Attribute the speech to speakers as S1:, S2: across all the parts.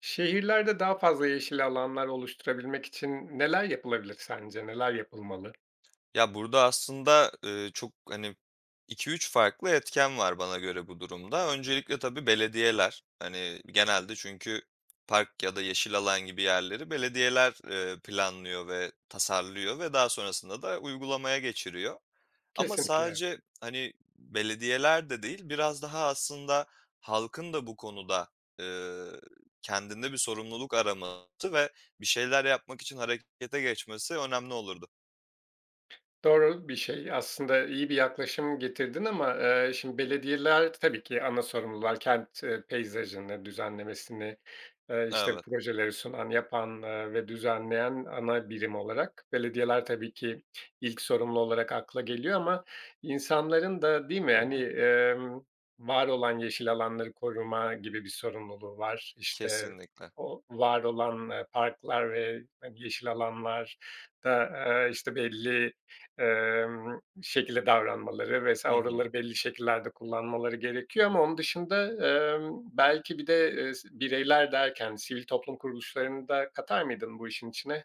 S1: Şehirlerde daha fazla yeşil alanlar oluşturabilmek için neler yapılabilir sence? Neler yapılmalı?
S2: Ya, burada aslında, çok, hani, iki üç farklı etken var bana göre bu durumda. Öncelikle tabii belediyeler. Hani, genelde çünkü park ya da yeşil alan gibi yerleri belediyeler, planlıyor ve tasarlıyor ve daha sonrasında da uygulamaya geçiriyor. Ama
S1: Kesinlikle. Evet.
S2: sadece, hani, belediyeler de değil, biraz daha aslında halkın da bu konuda, eee, kendinde bir sorumluluk araması ve bir şeyler yapmak için harekete geçmesi önemli olurdu.
S1: Doğru bir şey. Aslında iyi bir yaklaşım getirdin ama, şimdi belediyeler tabii ki ana sorumlular. Kent, peyzajını, düzenlemesini, işte,
S2: Evet.
S1: projeleri sunan, yapan, ve düzenleyen ana birim olarak belediyeler tabii ki ilk sorumlu olarak akla geliyor ama insanların da değil mi, hani, var olan yeşil alanları koruma gibi bir sorumluluğu var. İşte,
S2: Kesinlikle.
S1: o var olan, parklar ve, hani, yeşil alanlar da, işte, belli şekilde davranmaları
S2: Hı
S1: vs.
S2: hı.
S1: oraları belli şekillerde kullanmaları gerekiyor ama onun dışında, belki bir de, bireyler derken sivil toplum kuruluşlarını da katar mıydın bu işin içine?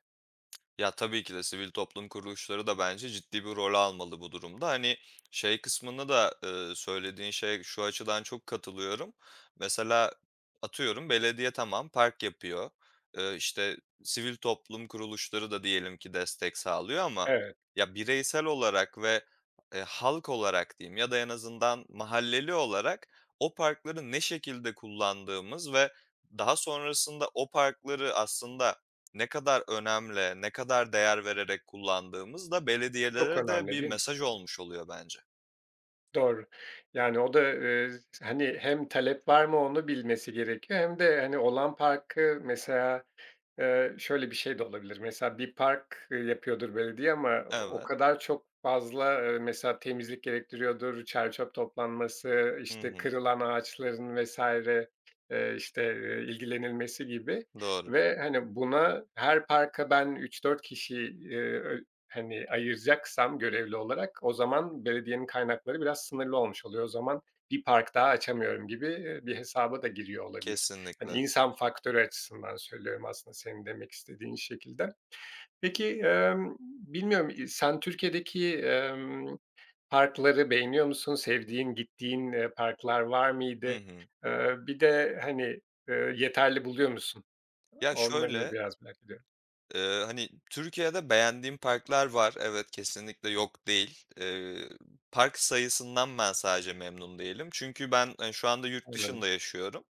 S2: Ya, tabii ki de sivil toplum kuruluşları da bence ciddi bir rol almalı bu durumda. Hani, şey kısmını da, söylediğin şey şu açıdan çok katılıyorum. Mesela atıyorum belediye tamam park yapıyor. İşte, sivil toplum kuruluşları da diyelim ki destek sağlıyor ama
S1: Evet,
S2: ya, bireysel olarak ve, halk olarak diyeyim ya da en azından mahalleli olarak o parkları ne şekilde kullandığımız ve daha sonrasında o parkları aslında ne kadar önemli, ne kadar değer vererek kullandığımız da
S1: çok
S2: belediyelere de
S1: önemli
S2: bir
S1: değil mi?
S2: mesaj olmuş oluyor bence.
S1: Doğru. Yani o da, hani, hem talep var mı onu bilmesi gerekiyor hem de, hani, olan parkı mesela. Şöyle bir şey de olabilir. Mesela bir park, yapıyordur belediye ama o
S2: Evet.
S1: kadar çok fazla, mesela temizlik gerektiriyordur, çer çöp toplanması,
S2: Hı
S1: işte,
S2: hı.
S1: kırılan ağaçların vesaire işte, ilgilenilmesi gibi
S2: Doğru.
S1: ve, hani, buna her parka ben üç dört kişi, ö hani, ayıracaksam görevli olarak o zaman belediyenin kaynakları biraz sınırlı olmuş oluyor. O zaman bir park daha açamıyorum gibi, bir hesaba da giriyor olabilir. Hani,
S2: Kesinlikle.
S1: insan faktörü açısından söylüyorum aslında senin demek istediğin şekilde. Peki, bilmiyorum, sen Türkiye'deki, parkları beğeniyor musun? Sevdiğin, gittiğin, parklar var
S2: Hı
S1: mıydı?
S2: hı.
S1: Bir de, hani, yeterli buluyor musun?
S2: Ya
S1: Onları da
S2: şöyle.
S1: biraz merak ediyorum.
S2: Hani, Türkiye'de beğendiğim parklar var. Evet, kesinlikle yok değil. Park sayısından ben sadece memnun değilim. Çünkü ben, hani, şu anda yurt
S1: Anladım.
S2: dışında yaşıyorum.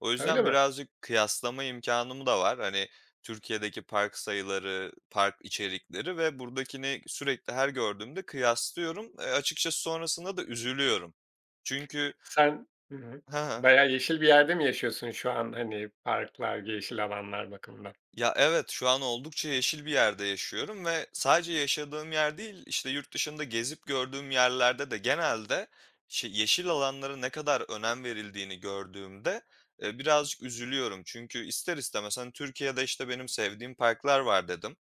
S2: O
S1: Ha, öyle
S2: yüzden
S1: mi?
S2: birazcık kıyaslama imkanım da var. Hani, Türkiye'deki park sayıları, park içerikleri ve buradakini sürekli her gördüğümde kıyaslıyorum. Açıkçası sonrasında da üzülüyorum. Çünkü
S1: Hı hı. Bayağı yeşil bir yerde mi yaşıyorsun şu an, hani, parklar, yeşil alanlar bakımından?
S2: ya, evet, şu an oldukça yeşil bir yerde yaşıyorum ve sadece yaşadığım yer değil, işte, yurt dışında gezip gördüğüm yerlerde de genelde yeşil alanlara ne kadar önem verildiğini gördüğümde, birazcık üzülüyorum. Çünkü ister istemez, hani, Türkiye'de, işte, benim sevdiğim parklar var dedim.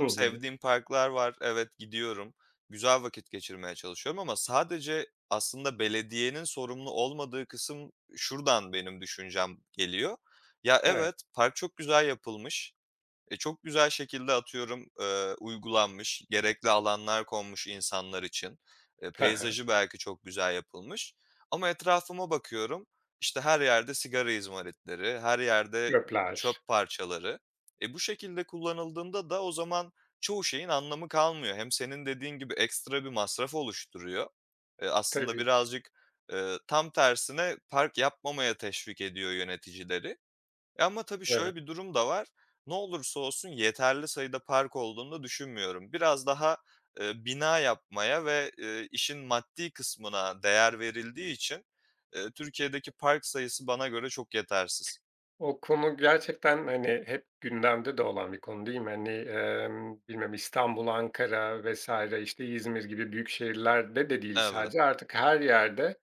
S1: Hı hı.
S2: sevdiğim parklar var, evet, gidiyorum, güzel vakit geçirmeye çalışıyorum ama sadece aslında belediyenin sorumlu olmadığı kısım şuradan benim düşüncem geliyor. Ya,
S1: Evet.
S2: evet, park çok güzel yapılmış. E, çok güzel şekilde atıyorum, uygulanmış, gerekli alanlar konmuş insanlar için.
S1: Hı hı.
S2: Peyzajı belki çok güzel yapılmış ama etrafıma bakıyorum, işte, her yerde sigara izmaritleri, her yerde çöp
S1: Gökler.
S2: parçaları. E, bu şekilde kullanıldığında da o zaman çoğu şeyin anlamı kalmıyor. Hem senin dediğin gibi ekstra bir masraf oluşturuyor. Aslında
S1: Tabii ki.
S2: birazcık, tam tersine park yapmamaya teşvik ediyor yöneticileri. E, ama tabii
S1: Evet.
S2: şöyle bir durum da var. Ne olursa olsun yeterli sayıda park olduğunu düşünmüyorum. Biraz daha, bina yapmaya ve, işin maddi kısmına değer verildiği için, Türkiye'deki park sayısı bana göre çok yetersiz.
S1: O konu gerçekten, hani, hep gündemde de olan bir konu değil mi? Hani, bilmiyorum İstanbul, Ankara vesaire, işte İzmir gibi büyük şehirlerde de değil
S2: Evet,
S1: sadece artık her yerde,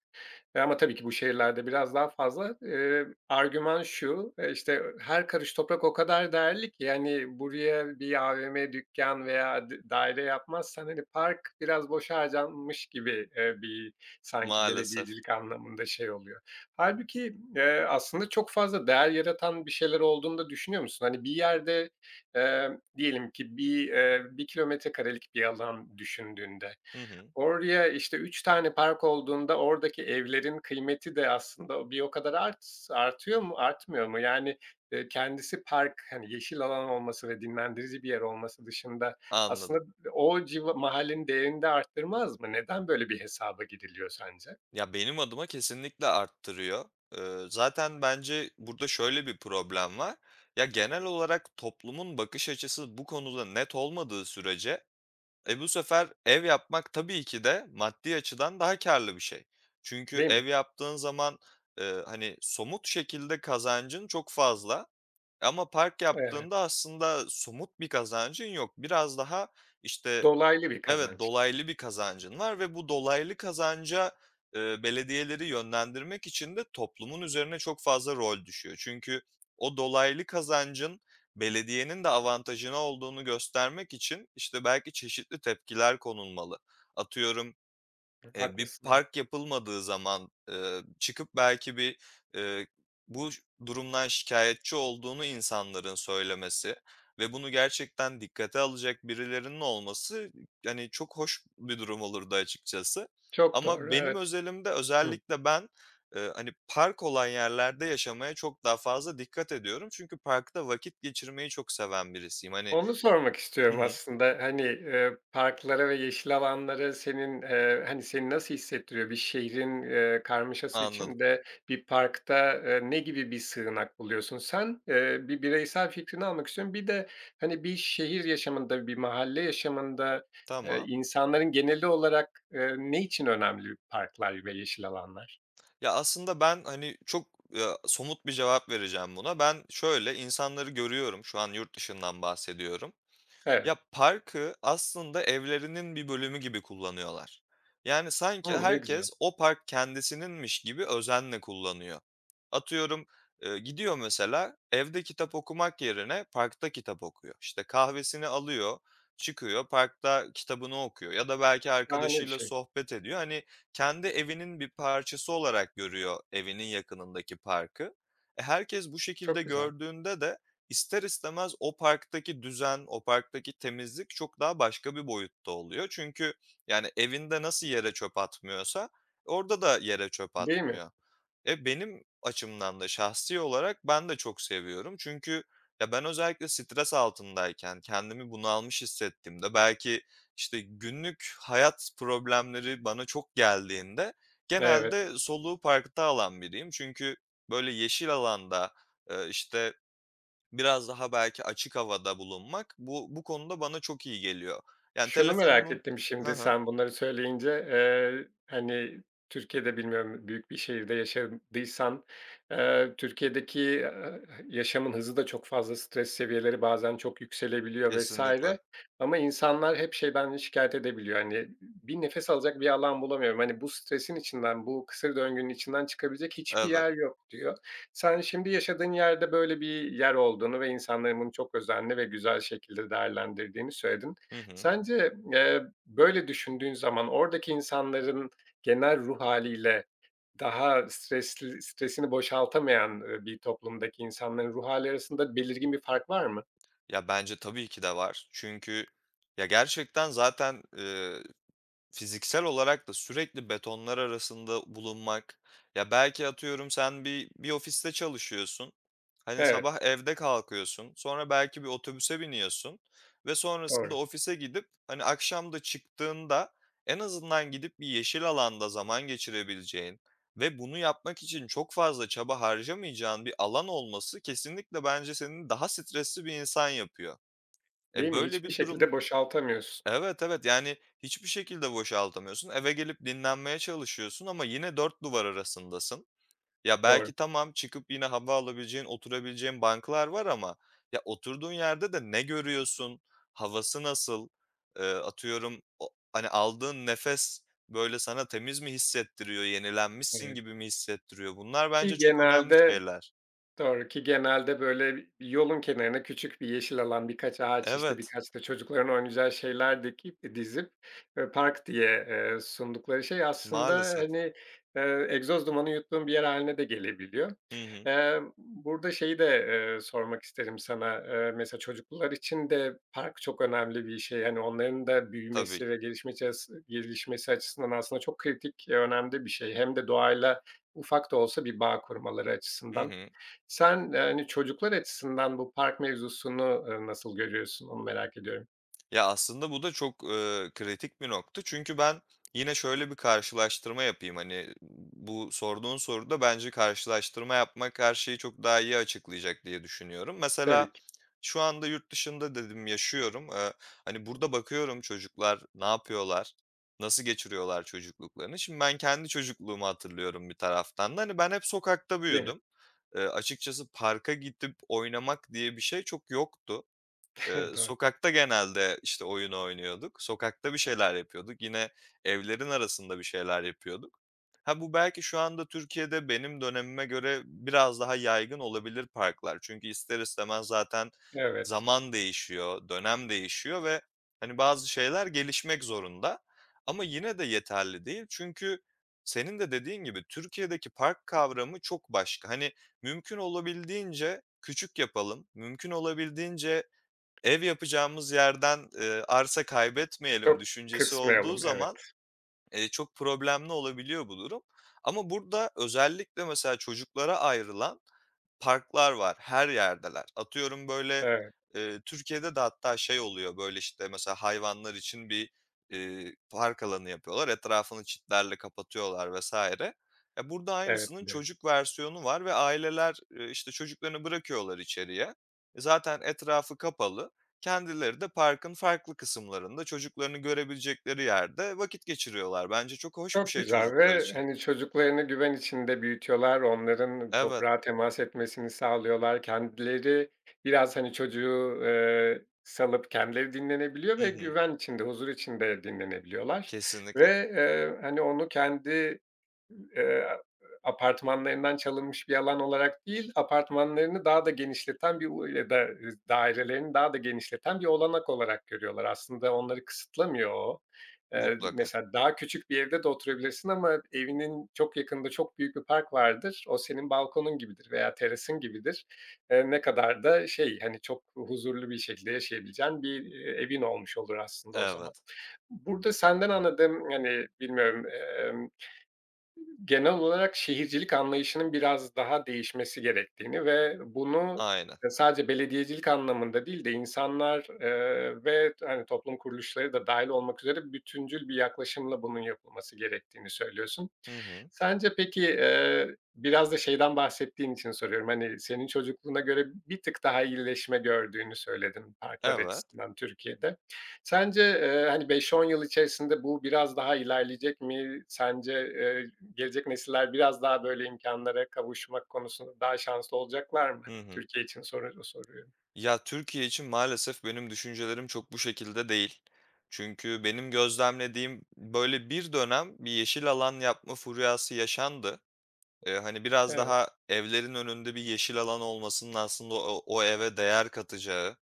S1: ama tabii ki bu şehirlerde biraz daha fazla. Argüman şu, işte, her karış toprak o kadar değerli ki, yani, buraya bir AVM, dükkan veya daire yapmazsan, hani, park biraz boşa harcanmış gibi, bir sanki
S2: maalesef.
S1: belediyecilik anlamında şey oluyor. Halbuki aslında çok fazla değer yaratan bir şeyler olduğunu da düşünüyor musun? Hani, bir yerde, eee, diyelim ki bir kilometre karelik bir alan düşündüğünde,
S2: Hı hı,
S1: oraya, işte, 3 tane park olduğunda oradaki evlerin kıymeti de aslında bir o kadar artıyor mu, artmıyor mu? Yani, kendisi park, hani, yeşil alan olması ve dinlendirici bir yer olması dışında
S2: anladım.
S1: aslında o civa mahallenin değerini de arttırmaz mı? Neden böyle bir hesaba giriliyor sence?
S2: Ya, benim adıma kesinlikle arttırıyor. Zaten bence burada şöyle bir problem var. Ya, genel olarak toplumun bakış açısı bu konuda net olmadığı sürece e, bu sefer ev yapmak tabii ki de maddi açıdan daha karlı bir şey. Çünkü
S1: Değil
S2: ev
S1: mi?
S2: yaptığın zaman, hani, somut şekilde kazancın çok fazla ama park yaptığında
S1: Evet,
S2: aslında somut bir kazancın yok. Biraz daha, işte,
S1: dolaylı bir
S2: evet,
S1: kazanç.
S2: dolaylı bir kazancın var ve bu dolaylı kazanca, belediyeleri yönlendirmek için de toplumun üzerine çok fazla rol düşüyor. Çünkü o dolaylı kazancın belediyenin de avantajına olduğunu göstermek için, işte, belki çeşitli tepkiler konulmalı. Atıyorum, bir
S1: Haklısın, evet.
S2: park yapılmadığı zaman, çıkıp belki bir, eee, bu ş durumdan şikâyetçi olduğunu insanların söylemesi ve bunu gerçekten dikkate alacak birilerinin olması, yani çok hoş bir durum olurdu açıkçası.
S1: Çok
S2: Ama
S1: doğru,
S2: benim
S1: evet.
S2: özelimde özellikle ben, hani, park olan yerlerde yaşamaya çok daha fazla dikkat ediyorum. Çünkü parkta vakit geçirmeyi çok seven birisiyim. Hani.
S1: Onu sormak
S2: Hı
S1: istiyorum
S2: hı.
S1: aslında. Hani, parklara ve yeşil alanlara senin, hani, seni nasıl hissettiriyor? Bir şehrin, karmaşası
S2: Anladım.
S1: içinde bir parkta, ne gibi bir sığınak buluyorsun sen? Bir bireysel fikrini almak istiyorum. Bir de, hani, bir şehir yaşamında, bir mahalle yaşamında,
S2: Tamam.
S1: insanların geneli olarak, ne için önemli parklar ve yeşil alanlar?
S2: Ya, aslında ben, hani, çok, somut bir cevap vereceğim buna. Ben şöyle, insanları görüyorum, şu an yurt dışından bahsediyorum. Ya,
S1: Evet.
S2: parkı aslında evlerinin bir bölümü gibi kullanıyorlar. Yani, sanki
S1: Hımm, ne güzel.
S2: herkes o park kendisininmiş gibi özenle kullanıyor. Atıyorum, gidiyor mesela, evde kitap okumak yerine parkta kitap okuyor. İşte, kahvesini alıyor, çıkıyor, parkta kitabını okuyor ya da belki
S1: Şahane bir
S2: arkadaşıyla
S1: şey.
S2: sohbet ediyor. Hani, kendi evinin bir parçası olarak görüyor evinin yakınındaki parkı. E, herkes bu şekilde
S1: Çok güzel.
S2: gördüğünde de İster istemez o parktaki düzen, o parktaki temizlik çok daha başka bir boyutta oluyor. Çünkü yani evinde nasıl yere çöp atmıyorsa orada da yere çöp
S1: Değil mi?
S2: atmıyor. E benim açımdan da şahsi olarak ben de çok seviyorum. Çünkü ya ben özellikle stres altındayken kendimi bunalmış hissettiğimde belki işte günlük hayat problemleri bana çok geldiğinde
S1: Evet.
S2: genelde soluğu parkta alan biriyim. Çünkü böyle yeşil alanda e, işte biraz daha belki açık havada bulunmak bu konuda bana çok iyi geliyor. Yani
S1: Şunu merak
S2: telefonumun.
S1: ettim
S2: Hı
S1: şimdi
S2: hı,
S1: sen bunları söyleyince, hani, Türkiye'de bilmiyorum büyük bir şehirde yaşadıysan, Türkiye'deki, yaşamın hızı da çok fazla, stres seviyeleri bazen çok yükselebiliyor
S2: kesinlikle.
S1: vesaire ama insanlar hep şeyden şikayet edebiliyor, hani, bir nefes alacak bir alan bulamıyorum, hani, bu stresin içinden, bu kısır döngünün içinden çıkabilecek hiçbir
S2: Evet.
S1: yer yok diyor. Sen şimdi yaşadığın yerde böyle bir yer olduğunu ve insanların bunu çok özenli ve güzel şekilde değerlendirdiğini söyledin.
S2: Hı hı.
S1: Sence, böyle düşündüğün zaman oradaki insanların genel ruh haliyle daha stresli stresini boşaltamayan, bir toplumdaki insanların ruh hâli arasında belirgin bir fark var mı?
S2: Ya, bence tabii ki de var. Çünkü ya, gerçekten zaten, fiziksel olarak da sürekli betonlar arasında bulunmak, ya, belki atıyorum sen bir ofiste çalışıyorsun, hani,
S1: Evet,
S2: sabah evde kalkıyorsun, sonra belki bir otobüse biniyorsun ve sonrasında
S1: doğru.
S2: ofise gidip, hani, akşam da çıktığında en azından gidip bir yeşil alanda zaman geçirebileceğin ve bunu yapmak için çok fazla çaba harcamayacağın bir alan olması kesinlikle bence seni daha stresli bir insan yapıyor. E,
S1: Değil mi?
S2: böyle
S1: Hiçbir
S2: bir durum.
S1: şekilde boşaltamıyorsun.
S2: Evet, evet, yani hiçbir şekilde boşaltamıyorsun. Eve gelip dinlenmeye çalışıyorsun ama yine dört duvar arasındasın. Ya,
S1: Doğru.
S2: belki tamam, çıkıp yine hava alabileceğin, oturabileceğin banklar var ama ya, oturduğun yerde de ne görüyorsun, havası nasıl, atıyorum, o hani, aldığın nefes, böyle, sana temiz mi hissettiriyor, yenilenmişsin
S1: Evet.
S2: gibi mi hissettiriyor? Bunlar
S1: Ki
S2: bence çok önemli
S1: genelde
S2: şeyler.
S1: Doğru ki genelde böyle bir yolun kenarına küçük bir yeşil alan, birkaç ağaç, işte,
S2: Evet,
S1: birkaç da çocukların oynayacağı şeyler dikip dizip, park diye, sundukları şey aslında,
S2: maalesef.
S1: hani, egzoz dumanı yuttuğun bir yer haline de gelebiliyor.
S2: Hı hı.
S1: Burada şeyi de, sormak isterim sana. Mesela çocuklar için de park çok önemli bir şey. Hani, onların da
S2: Tabii
S1: büyümesi
S2: ki.
S1: ve gelişmesi açısından aslında çok kritik, önemli bir şey. Hem de doğayla ufak da olsa bir bağ kurmaları
S2: Hı
S1: açısından.
S2: hı.
S1: Sen, yani, çocuklar açısından bu park mevzusunu, nasıl görüyorsun? Onu merak ediyorum.
S2: Ya, aslında bu da çok, kritik bir nokta. Çünkü ben yine şöyle bir karşılaştırma yapayım. Hani, bu sorduğun soruda bence karşılaştırma yapmak her şeyi çok daha iyi açıklayacak diye düşünüyorum.
S1: Tabii
S2: Mesela
S1: ki,
S2: şu anda yurt dışında dedim yaşıyorum. Hani, burada bakıyorum çocuklar ne yapıyorlar, nasıl geçiriyorlar çocukluklarını. Şimdi ben kendi çocukluğumu hatırlıyorum bir taraftan da. Hani, ben hep sokakta
S1: değil mi?
S2: büyüdüm. Açıkçası parka gidip oynamak diye bir şey çok yoktu.
S1: Doğru.
S2: Sokakta genelde, işte, oyun oynuyorduk. Sokakta bir şeyler yapıyorduk. Yine evlerin arasında bir şeyler yapıyorduk. Ha, bu belki şu anda Türkiye'de benim dönemime göre biraz daha yaygın olabilir parklar. Çünkü ister istemez zaten
S1: Evet.
S2: zaman değişiyor, dönem değişiyor ve, hani, bazı şeyler gelişmek zorunda ama yine de yeterli değil. Çünkü senin de dediğin gibi Türkiye'deki park kavramı çok başka. Hani, mümkün olabildiğince küçük yapalım, mümkün olabildiğince ev yapacağımız yerden, arsa kaybetmeyelim
S1: Çok
S2: düşüncesi olduğu
S1: kısmayalım.
S2: zaman,
S1: Evet.
S2: çok problemli olabiliyor bu durum. Ama burada özellikle mesela çocuklara ayrılan parklar var, her yerdeler. Atıyorum böyle,
S1: Evet,
S2: Türkiye'de de hatta şey oluyor, böyle, işte, mesela hayvanlar için bir, park alanı yapıyorlar, etrafını çitlerle kapatıyorlar vesaire. Ya, burada
S1: evet,
S2: aynısının
S1: biliyorum.
S2: çocuk versiyonu var ve aileler, işte, çocuklarını bırakıyorlar içeriye. E, zaten etrafı kapalı. Kendileri de parkın farklı kısımlarında çocuklarını görebilecekleri yerde vakit geçiriyorlar. Bence çok hoş bir
S1: Çok
S2: şey
S1: güzel
S2: çocuklar
S1: ve,
S2: için.
S1: hani, çocuklarını güven içinde büyütüyorlar. Onların
S2: Evet.
S1: toprağa temas etmesini sağlıyorlar. Kendileri biraz, hani, çocuğu, salıp kendileri dinlenebiliyor
S2: Hı
S1: ve
S2: hı.
S1: güven içinde, huzur içinde dinlenebiliyorlar ve,
S2: Kesinlikle.
S1: hani, onu kendi Eee, apartmanlarından çalınmış bir alan olarak değil, apartmanlarını daha da genişleten bir u ya da e, dairelerini daha da genişleten bir olanak olarak görüyorlar. Aslında onları kısıtlamıyor o.
S2: Mutlaka.
S1: Mesela daha küçük bir evde de oturabilirsin ama evinin çok yakında çok büyük bir park vardır. O senin balkonun gibidir veya terasın gibidir. Ne kadar da şey, hani, çok huzurlu bir şekilde yaşayabileceğin bir, evin olmuş olur aslında o zaman.
S2: Evet.
S1: Burada senden anladığım, hani, bilmiyorum, genel olarak şehircilik anlayışının biraz daha değişmesi gerektiğini ve bunu,
S2: Aynen.
S1: sadece belediyecilik anlamında değil de insanlar, ve, hani, toplum kuruluşları da dahil olmak üzere bütüncül bir yaklaşımla bunun yapılması gerektiğini söylüyorsun.
S2: Hı hı.
S1: Sence peki, biraz da şeyden bahsettiğin için soruyorum, hani, senin çocukluğuna göre bir tık daha iyileşme gördüğünü söyledin parklar
S2: Evet.
S1: açısından Türkiye'de. Sence, hani, beş-on yıl içerisinde bu biraz daha ilerleyecek mi? Sence, gelecek nesiller biraz daha böyle imkânlara kavuşmak konusunda daha şanslı olacaklar mı?
S2: Hı hı.
S1: Türkiye için soru soruyorum.
S2: Ya, Türkiye için maalesef benim düşüncelerim çok bu şekilde değil. Çünkü benim gözlemlediğim, böyle, bir dönem bir yeşil alan yapma furyası yaşandı. Hani, biraz
S1: Evet,
S2: daha evlerin önünde bir yeşil alan olmasının aslında o eve değer katacağı,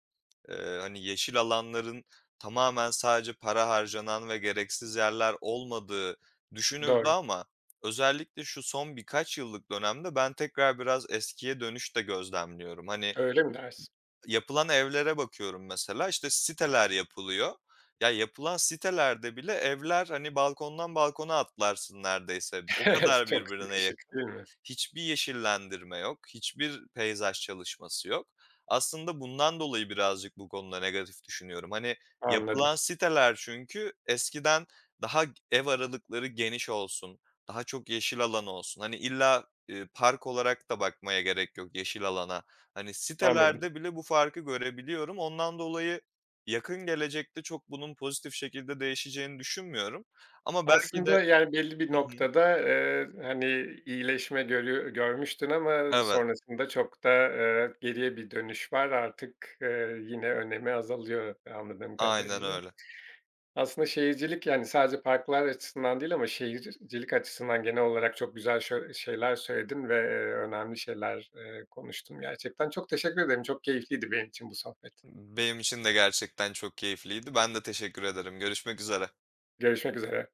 S2: Hani, yeşil alanların tamamen sadece para harcanan ve gereksiz yerler olmadığı düşünüldü
S1: doğru.
S2: ama özellikle şu son birkaç yıllık dönemde ben tekrar biraz eskiye dönüş de gözlemliyorum. Hani,
S1: Öyle mi dersin?
S2: yapılan evlere bakıyorum mesela, işte, siteler yapılıyor. Ya, yapılan sitelerde bile evler, hani, balkondan balkona atlarsın neredeyse. O kadar
S1: Çok
S2: birbirine.
S1: sıkışık değil mi?
S2: Hiçbir yeşillendirme yok, hiçbir peyzaj çalışması yok. Aslında bundan dolayı birazcık bu konuda negatif düşünüyorum. Hani,
S1: Anladım,
S2: yapılan siteler çünkü eskiden daha ev aralıkları geniş olsun, daha çok yeşil alan olsun, hani, illa, park olarak da bakmaya gerek yok yeşil alana. Hani,
S1: anladım.
S2: sitelerde bile bu farkı görebiliyorum. Ondan dolayı yakın gelecekte çok bunun pozitif şekilde değişeceğini düşünmüyorum ama belki de.
S1: Aslında, yani, belli bir
S2: Hı hı.
S1: noktada, hani, iyileşme görmüştün ama
S2: Evet,
S1: sonrasında çok da, geriye bir dönüş var. Artık, yine önemi azalıyor anladığım
S2: aynen
S1: kadarıyla.
S2: öyle.
S1: Aslında şehircilik, yani, sadece parklar açısından değil ama şehircilik açısından genel olarak çok güzel şeyler söyledin ve, önemli şeyler, konuştun gerçekten. Çok teşekkür ederim. Çok keyifliydi benim için bu sohbet.
S2: Benim için de gerçekten çok keyifliydi. Ben de teşekkür ederim. Görüşmek üzere.
S1: Görüşmek üzere.